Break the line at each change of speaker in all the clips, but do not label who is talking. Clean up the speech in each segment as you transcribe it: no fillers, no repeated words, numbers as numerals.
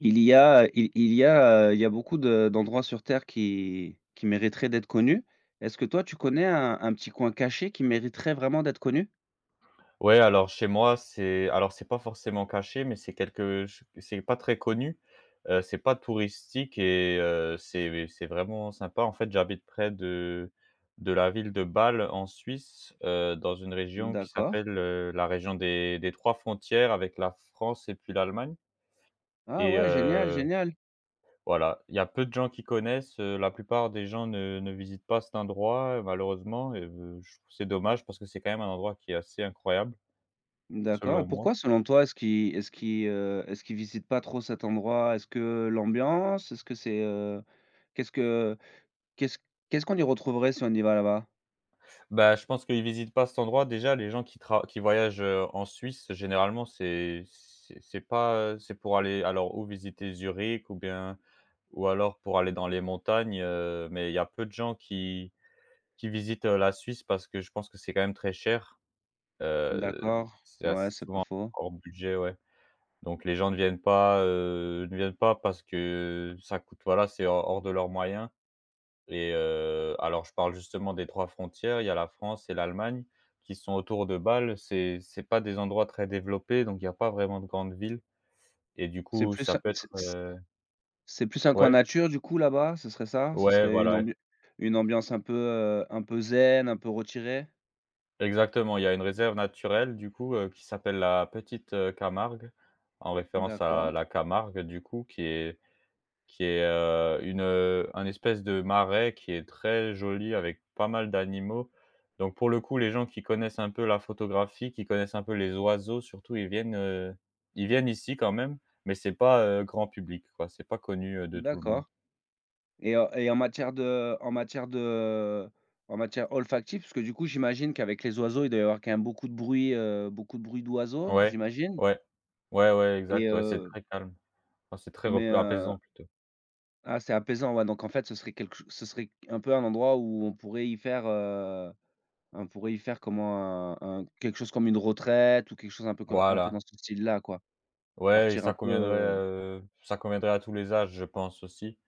Il y a beaucoup de d'endroits sur terre qui mériteraient d'être connus. Est-ce que toi, tu connais un petit coin caché qui mériterait vraiment d'être connu?
Ouais, alors chez moi, c'est c'est pas forcément caché, mais c'est quelque ch c'est pas très connu, c'est pas touristique et c'est vraiment sympa. En fait, j'habite près de la ville de Bâle en Suisse, dans une région qui
D'accord.
s'appelle, la région des 3 frontières avec la France et puis l'Allemagne
Ah
et
ouais, génial, génial.
voilà, il y a peu de gens qui connaissent, la plupart des gens ne visitent pas cet endroit, malheureusement et je trouve que c'est dommage parce que c'est quand même un endroit qui est assez incroyable,
D'accord. Et
selon moi.
pourquoi selon toi, est-ce qu'ils visitent pas trop cet endroit? Est-ce que l'ambiance? Est-ce que c'est, qu'est-ce que qu'est-ce qu'est-ce qu'on y retrouverait si on y va là-bas?
Bah, je pense qu'ils visitent pas cet endroit. Déjà, les gens qui voyagent, en Suisse, généralement, c'est pas, c'est pour aller alors ou visiter Zurich ou bien ou alors pour aller dans les montagnes, mais il y a peu de gens qui visitent, la Suisse parce que je pense que c'est quand même très cher. Heu,
D'accord,
c'est
ouais,
assez
c'est pas
souvent
faux.
hors budget, ouais. Donc les gens ne viennent pas, ne viennent pas parce que ça coûte voilà, c'est hors de leurs moyens. Et alors je parle justement des 3 frontières, il y a la France et l'Allemagne qui sont autour de Bâle. C'est pas des endroits très développés, donc il y a pas vraiment de grandes villes et du
C'est
coup,
plus
ça peut être,
c'est C'est plus un coin
ouais,
nature du coup là-bas, ce serait ça? Ce
ouais,
serait
voilà, ouais.
une ambiance un peu zen, un peu retirée?
Exactement, il y a une réserve naturelle du coup, qui s'appelle la Petite, Camargue, en référence
D'accord,
à la Camargue du coup, qui est qui est, un espèce de marais qui est très joli avec pas mal d'animaux. Donc pour le coup, les gens qui connaissent un peu la photographie, qui connaissent un peu les oiseaux surtout, ils viennent ici quand même, mais c'est pas, grand public quoi, c'est pas connu, de tout le monde.
d'accord, et en matière olfactive, parce que du coup j'imagine qu'avec les oiseaux, il doit y avoir quand même beaucoup de bruit d'oiseaux,
Ouais,
j'imagine?
ouais, ouais, ouais,
Et
exact, ouais, c'est
heu,
très calme. Enfin, c'est très
mais
rep
heu
apaisant plutôt.
ah, c'est apaisant, ouais, donc en fait ce serait quelque ch ce serait un peu un endroit où on pourrait y faire comment? Un Quelque chose comme une retraite ou quelque chose un peu dans
Voilà.
ce style-là, quoi?
Ouais et
Partir un peu, heu
ça conviendrait à tous les âges, je pense aussi.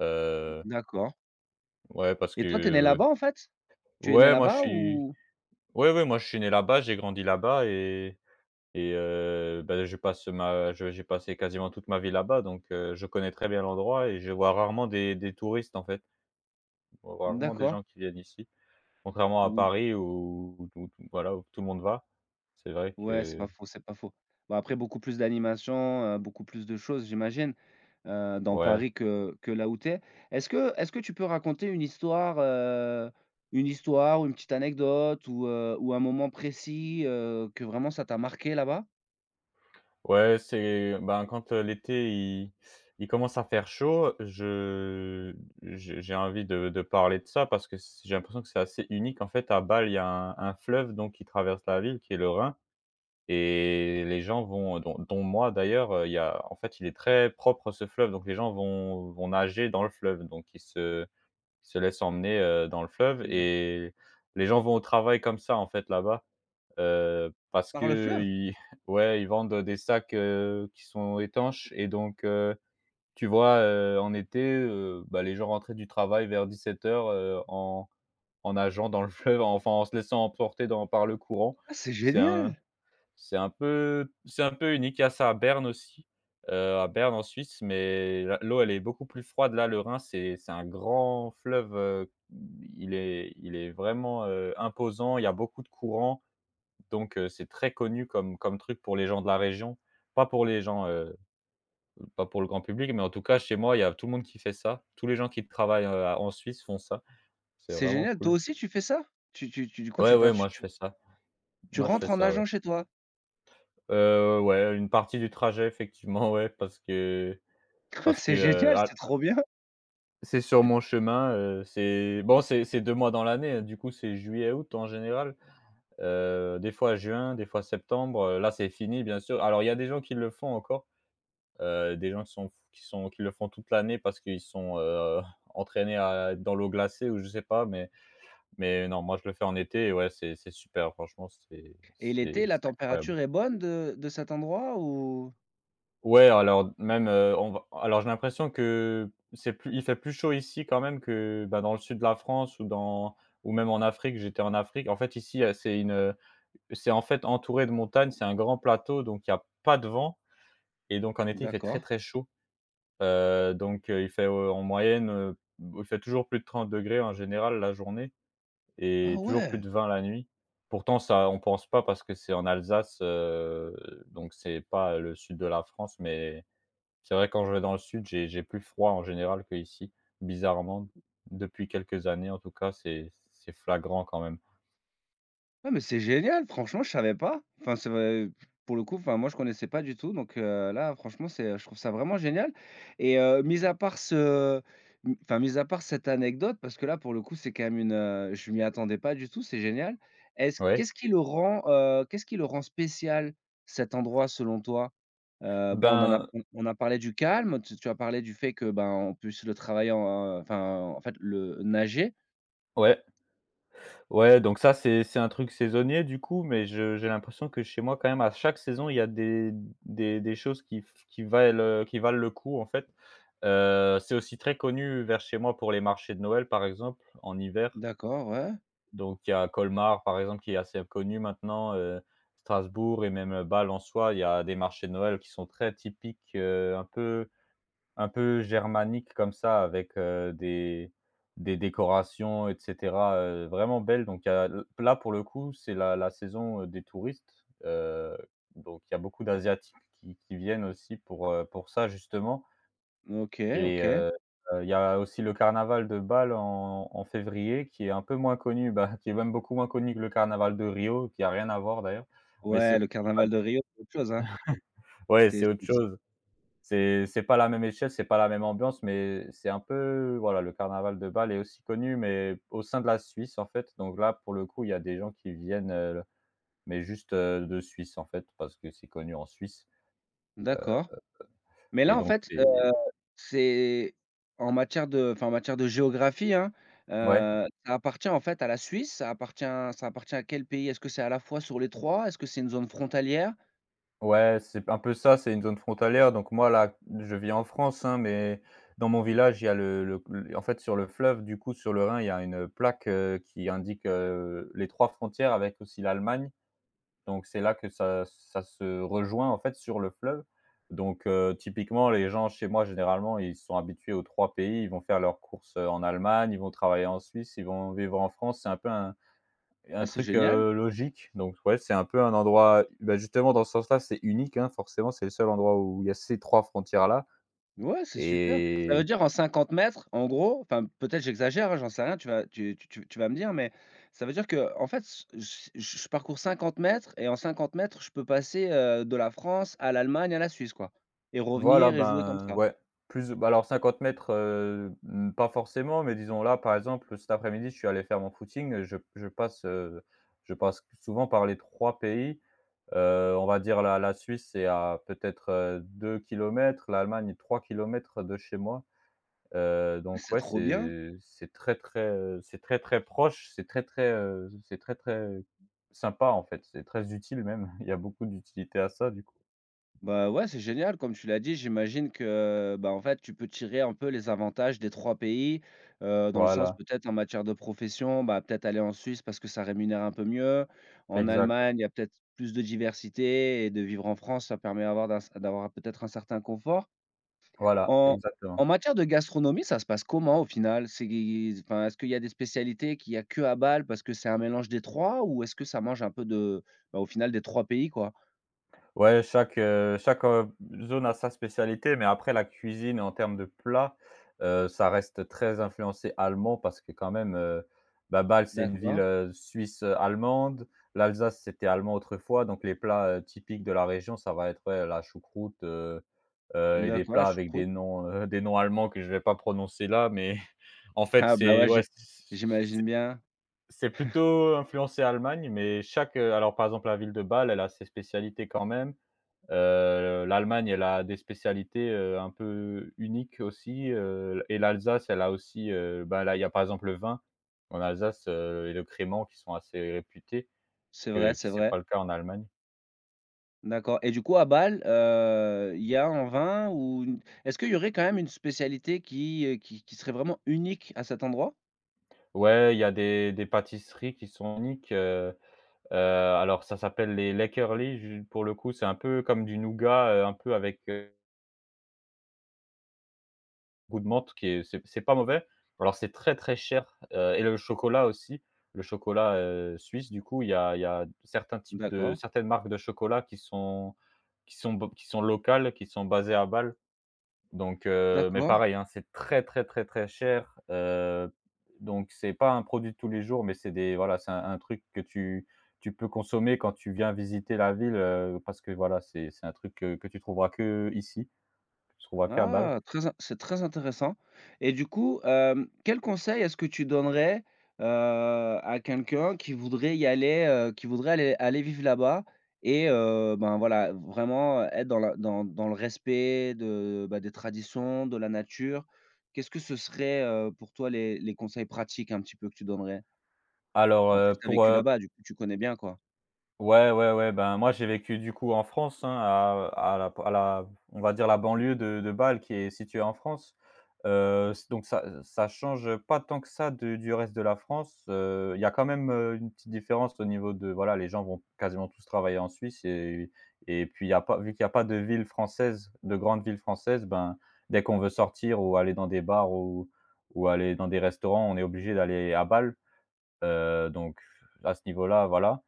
Heu,
d'accord.
ouais parce
Et toi, tu es né
que
là-bas, en fait? Tu es né
ouais, moi je
là-bas
suis
ou?
ouais, ouais, moi je suis né là-bas, j'ai grandi là-bas et bah, je passe ma je j'ai passé quasiment toute ma vie là-bas donc je connais très bien l'endroit et je vois rarement des touristes, en fait. Je vois rarement des
D'accord,
gens qui viennent ici. Contrairement à
ou
Paris où voilà, où tout le monde va. C'est vrai
ouais, c'est pas
que
faux, c'est pas faux. Bah, après beaucoup plus d'animation, beaucoup plus de choses, j'imagine, dans
ouais,
Paris que là où tu es. Est-ce que tu peux raconter une histoire, ou une petite anecdote ou un moment précis, que vraiment ça t'a marqué là-bas?
ouais, c'est ben, quand, l'été il il commence à faire chaud, je j'ai envie de parler de ça parce que c j'ai l'impression que c'est assez unique. En fait, à Bâle, il y a un fleuve donc qui traverse la ville qui est le Rhin. Et les gens vont, dont moi d'ailleurs, il y a en fait, il est très propre ce fleuve, donc les gens vont nager dans le fleuve, donc ils se laissent emmener, dans le fleuve
D'ac
et les gens vont au travail comme ça, en fait, là-bas, parce
Par le fleuve?
qu'ils ouais, ils vendent des sacs, qui sont étanches et donc tu vois, en été, bah, les gens rentraient du travail vers 17:00, en en nageant dans le fleuve, enfin, en se laissant emporter dans par le courant.
Ah, c'est
C'est un
génial!
c'est un peu unique. Il y a ça à Berne aussi, à Berne en Suisse, mais la l'eau elle est beaucoup plus froide. Là, le Rhin, c'est un grand fleuve, il est vraiment, imposant. Il y a beaucoup de courants, donc c'est très connu comme truc pour les gens de la région. Pas pour les gens, pas pour le grand public, mais en tout cas chez moi, il y a tout le monde qui fait ça. Tous les gens qui travaillent, en Suisse font ça. C'est
C'est
vraiment
génial. Toi
cool.
aussi, tu fais ça? Tu du coup, tu,
Ouais,
enfin,
ouais,
tu
moi je
tu
fais ça.
tu
Moi je fais
rentres en
ça, ouais.
nageant chez toi?
Ouais, une partie du trajet effectivement, ouais, parce que parce que,
C'est génial, c'est trop bien.
c'est sur mon chemin, c'est bon, c'est 2 mois dans l'année, hein, du coup, c'est juillet-août en général, des fois juin, des fois septembre, là, c'est fini, bien sûr. Alors, il y a des gens qui le font encore, des gens qui le font toute l'année parce qu'ils sont, entraînés à être dans l'eau glacée ou je sais pas, mais non, moi, je le fais en été et ouais, c'est super, franchement, c'est
Et
c'est
l'été, la
c'est incroyable.
température est bonne de cet endroit, ou?
Ouais, alors même, on va alors j'ai l'impression que c'est plus il fait plus chaud ici quand même que, bah, dans le sud de la France ou dans ou même en Afrique. J'étais en Afrique. En fait, ici, c'est en fait entouré de montagnes, c'est un grand plateau, donc il y a pas de vent et donc en été, il fait très,
D'accord.
très chaud. Donc il fait, en moyenne, il fait toujours plus de 30 degrés en général la journée
Ah
et toujours plus
ouais!
de 20 la nuit. Pourtant ça, on pense pas parce que c'est en Alsace, donc c'est pas le sud de la France, mais c'est vrai quand je vais dans le sud, j'ai plus froid en général qu'ici, bizarrement. Depuis quelques années en tout cas, c'est flagrant quand même.
Ah mais c'est génial, franchement, je savais pas. Enfin, c'est vrai, pour le coup, enfin, moi, je connaissais pas du tout, donc là, franchement, c'est je trouve ça vraiment génial. Et mis à part cette anecdote, parce que là, pour le coup, c'est quand même je m'y attendais pas du tout, c'est génial. Est-ce
Ouais,
qu'est-ce qui le rend, Qu'est-ce qui le rend spécial, cet endroit, selon toi? Bon, on en a
ben,
on on a parlé du calme, tu as parlé du fait que, ben, on puisse le travailler en enfin, en fait, le nager.
ouais, ouais, donc ça c'est un truc saisonnier du coup, mais je j'ai l'impression que chez moi quand même à chaque saison, il y a des des choses qui valent le coup en fait. C'est aussi très connu vers chez moi pour les marchés de Noël par exemple, en hiver.
D'accord, ouais.
Donc il y a Colmar, par exemple, qui est assez connu maintenant, Strasbourg et même, Bâle en soi. Il y a des marchés de Noël qui sont très typiques, un peu germaniques comme ça avec, des décorations et cetera, vraiment belles. Donc il y a là, pour le coup, c'est la saison, des touristes, donc il y a beaucoup d'asiatiques qui viennent aussi pour ça justement.
OK,
Et
OK.
heu il y a aussi le carnaval de Bâle en en février qui est un peu moins connu, bah, qui est même beaucoup moins connu que le carnaval de Rio, qui a rien à voir d'ailleurs, mais c'est
Ouais, le carnaval de Rio, c'est autre chose, hein.
ouais, c'est autre
C'est
chose. C'est pas la même échelle, c'est pas la même ambiance, mais c'est un peu voilà, le carnaval de Bâle est aussi connu, mais au sein de la Suisse, en fait. Donc là, pour le coup, il y a des gens qui viennent, mais juste, de Suisse, en fait, parce que c'est connu en Suisse
D'accord. Mais
et
là, en
donc
fait,
c'est
c'est en matière de enfin, en matière de géographie, hein,
ouais?
ça appartient, en fait, à la Suisse? Ça appartient à quel pays? Est-ce que c'est à la fois sur les trois? Est-ce que c'est une zone frontalière?
Ouais, c'est un peu ça, c'est une zone frontalière, donc moi là, je vis en France, hein, mais dans mon village, il y a le l en fait, sur le fleuve, du coup, sur le Rhin, il y a une plaque, qui indique, les 3 frontières avec aussi l'Allemagne, donc c'est là que ça se rejoint, en fait, sur le fleuve, donc typiquement, les gens chez moi, généralement, ils sont habitués aux 3 pays, ils vont faire leurs courses, en Allemagne, ils vont travailler en Suisse, ils vont vivre en France, c'est un peu
Ah,
un
c'est
truc,
génial!
logique, donc ouais, c'est un peu un endroit bah, justement dans ce sens-là, c'est unique, hein, forcément, c'est le seul endroit où il y a ces 3 frontières-là
Ouais, c'est super. Ça veut
et
dire en 50 mètres, en gros, enfin peut-être j'exagère, hein, j'en sais rien, tu vas tu tu tu tu vas me dire, mais ça veut dire que en fait, s j j je parcours 50 mètres et en 50 mètres, je peux passer, de la France à l'Allemagne, à la Suisse, quoi, et
voilà,
revenir et jouer comme
ben,
ça.
ouais, plus bah, alors 50 mètres, pas forcément, mais disons là, par exemple, cet après-midi, je suis allé faire mon footing, je passe souvent par les 3 pays, on va dire la Suisse est à peut-être, 2 kilomètres, l'Allemagne 3 kilomètres de chez moi. Donc
C'est
ouais,
trop bien!
c'est très, très, c'est très, très proche, c'est très, très sympa, en fait. C'est très utile même. Il y a beaucoup d'utilité à ça, du coup.
Bah, ouais, c'est génial comme tu l'as dit. J'imagine que, bah, en fait, tu peux tirer un peu les avantages des 3 pays, dans le sens
Voilà,
peut-être en matière de profession, bah, peut-être aller en Suisse parce que ça rémunère un peu mieux. En
exact.
Allemagne, il y a peut-être plus de diversité, et de vivre en France, ça permet d'avoir peut-être un certain confort.
Voilà,
En en
exactement.
matière de gastronomie, ça se passe comment au final? C'est Enfin, est-ce qu'il y a des spécialités qu'il y a que à Bâle parce que c'est un mélange des trois, ou est-ce que ça mange un peu de, bah, au final, des trois pays, quoi?
Ouais, chaque, zone a sa spécialité, mais après la cuisine en termes de plats, ça reste très influencé allemand parce que quand même, bah, Bâle, c'est une ville,
D'accord,
suisse, allemande. L'Alsace, c'était allemand autrefois, donc les plats, typiques de la région, ça va être, ouais, la choucroute, et des
d'accord, la
plats avec des
choucroute.
noms, des noms allemands que je vais pas prononcer là, mais en fait,
Ah bah,
c'est
ouais,
ouais, c'est
j'imagine bien.
c'est plutôt influencé Allemagne, mais chaque, alors par exemple, la ville de Bâle, elle a ses spécialités quand même. L'Allemagne, elle a des spécialités, un peu uniques aussi, et l'Alsace, elle a aussi, bah, là, il y a par exemple le vin en Alsace, et le crément qui sont assez réputés
C'est vrai,
que
c'est
c'est
vrai.
pas le cas en Allemagne.
D'accord. Et du coup, à Bâle, il y a un vin ou une est-ce qu'il y aurait quand même une spécialité qui serait vraiment unique à cet endroit?
Ouais, il y a des pâtisseries qui sont uniques. Alors ça s'appelle les Lakerli ju pour le coup, c'est un peu comme du nougat, un peu avec, goût de menthe qui est c'est pas mauvais. Alors c'est très, très cher, et le chocolat aussi, le chocolat, suisse du coup, il y a certains types de
D'accord,
certaines marques de chocolat qui sont locales, qui sont basées à Bâle. Donc mais
d'accord.
pareil, hein, c'est très, très, très, très cher, donc c'est pas un produit de tous les jours, mais c'est des voilà, c'est un truc que tu peux consommer quand tu viens visiter la ville, parce que voilà, c'est un truc que tu trouveras que ici, que tu trouveras qu'à Bâle.
Ah! Très in C'est très intéressant. Et du coup, quel conseil est-ce que tu donnerais, à quelqu'un qui voudrait y aller, qui voudrait aller vivre là-bas, et ben, voilà, vraiment être dans la dans dans le respect de, bah, des traditions, de la nature? Qu'est-ce que ce serait, pour toi, les conseils pratiques un petit peu que tu donnerais?
Alors,
En plus, tu as vécu là-bas, du coup, tu connais bien, quoi.
ouais, ouais, ouais, ben, moi, j'ai vécu, du coup, en France, hein, à la on va dire la banlieue de Bâle qui est située en France. C donc ça change, pas tant que ça de du reste de la France. Il y a quand même, une petite différence au niveau de voilà, les gens vont quasiment tous travailler en Suisse et puis il y a pas vu qu'il y a pas de ville française, de grande ville française, ben, dès qu'on veut sortir ou aller dans des bars ou aller dans des restaurants, on est obligé d'aller à Bâle. Donc à ce niveau-là, voilà.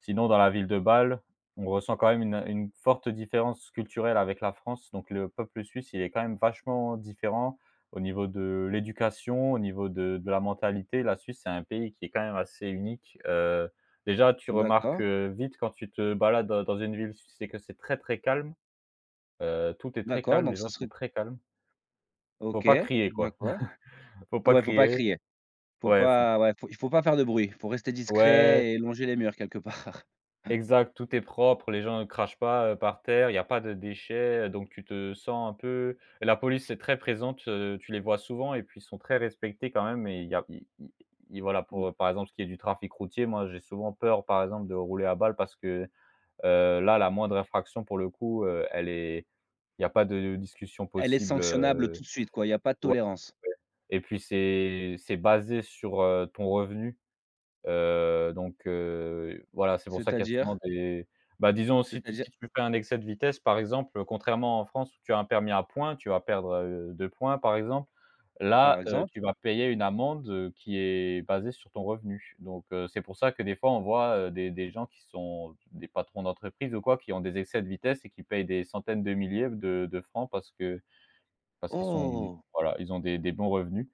Sinon dans la ville de Bâle, on ressent quand même une forte différence culturelle avec la France. Donc le peuple suisse, il est quand même vachement différent au niveau de l'éducation, au niveau de la mentalité. La Suisse, c'est un pays qui est quand même assez unique. Déjà, tu remarques,
D'accord,
vite quand tu te balades dans une ville suisse, c'est que c'est très, très calme. Tout est très
d'accord,
calme, les
donc ça
gens
serait
sont très calmes. Faut
OK.
pas crier quoi,
D'accord.
faut pas
Ouais, faut pas
crier.
crier. Faut
Ouais, faut
pas, ouais, faut pas faire de bruit, faut rester
ouais.
discret et longer les murs quelque part.
Exact, tout est propre, les gens ne crachent pas, par terre, il y a pas de déchets, donc tu te sens un peu la police est très présente, tu les vois souvent et puis ils sont très respectés quand même et il y a il i voilà
N
pour, par exemple, ce qui est du trafic routier, moi j'ai souvent peur, par exemple, de rouler à balle parce que, là, la moindre infraction pour le coup, elle est il y a pas de discussion
Elle est
possible,
sanctionnable tout de suite, quoi, il y a pas de
ouais
tolérance.
et puis c'est basé sur, ton revenu. Voilà, c'est pour ça qu'il y a souvent
C'est-à-dire?
des bah, disons si tu
C'est-à-dire?
si tu fais un excès de vitesse, par exemple, contrairement en France où tu as un permis à points, tu vas perdre, 2 points, par exemple.
Par
Là,
exemple?
tu vas payer une amende, qui est basée sur ton revenu. Donc c'est pour ça que des fois on voit, des gens qui sont des patrons d'entreprise ou quoi, qui ont des excès de vitesse et qui payent des centaines de milliers de francs parce que parce qu'ils sont
Oh!
voilà, ils ont des bons revenus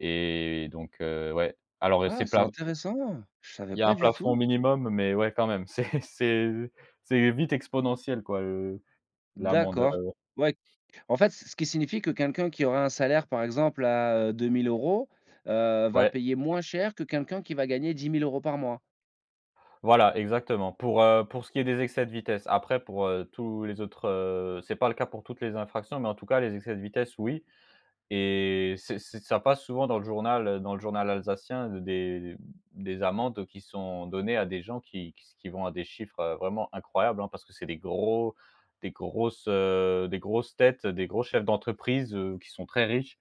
et donc ouais. Alors, c'est
Ah, c'est
plat.
intéressant! Je savais
Il y a
pas
un
du
plafond
tout.
minimum, mais ouais, quand même, c'est vite exponentiel, quoi, le l'amende,
D'accord. Ouais, en fait, ce qui signifie que quelqu'un qui aura un salaire par exemple à, 2 000 euros, va
ouais,
payer moins cher que quelqu'un qui va gagner 10 000 euros par mois.
voilà, exactement. Pour ce qui est des excès de vitesse. Après pour, tous les autres, c'est pas le cas pour toutes les infractions, mais en tout cas, les excès de vitesse, oui et c'est ça passe souvent dans le journal alsacien des amendes qui sont données à des gens qui vont à des chiffres, vraiment incroyables, hein, parce que c'est des gros des grosses têtes, des gros chefs d'entreprise, qui sont très riches.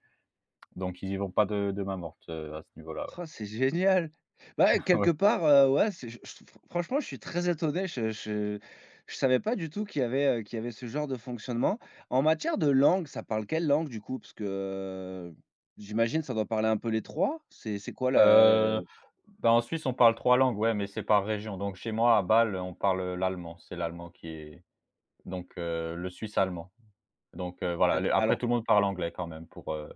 Donc ils y vont pas de main morte, à ce niveau-là, ouais.
Oh, c'est génial! Bah, quelque
Ouais.
part, ouais, c'est je fr franchement, je suis très étonné. Je savais pas du tout qu'il y avait ce genre de fonctionnement. En matière de langue, ça parle quelle langue du coup? Parce que, j'imagine ça doit parler un peu les 3. C'est quoi la
Heu, bah, en Suisse, on parle 3 langues, ouais, mais c'est par région. Donc chez moi, à Bâle, on parle l'allemand. C'est l'allemand qui est donc le suisse allemand. Donc voilà,
d'acc
le après
alors
tout le monde parle anglais quand même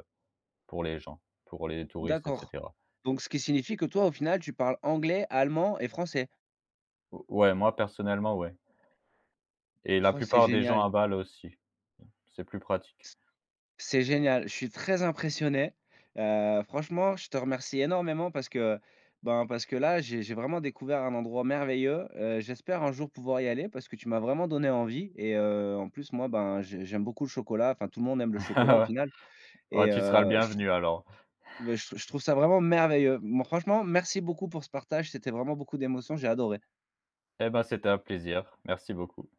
pour les gens, pour les touristes et
d'accord.
cetera.
Donc ce qui signifie que toi, au final, tu parles anglais, allemand et français.
O ouais, moi personnellement, ouais et la
Oh, c'est
plupart des gens
génial!
à Bâle aussi. C'est plus pratique.
C'est génial, je suis très impressionné. Franchement, je te remercie énormément ben, parce que là, j'ai vraiment découvert un endroit merveilleux. J'espère un jour pouvoir y aller parce que tu m'as vraiment donné envie, et en plus, moi, ben, j'aime beaucoup le chocolat, enfin, tout le monde aime le chocolat au
Ouais.
final,
Ouais,
et
tu seras le
je trouve
bienvenu alors.
beh, je trou- je trouve ça vraiment merveilleux. Bon, franchement, merci beaucoup pour ce partage, c'était vraiment beaucoup d'émotions, j'ai adoré.
Eh ben c'était un plaisir. Merci beaucoup.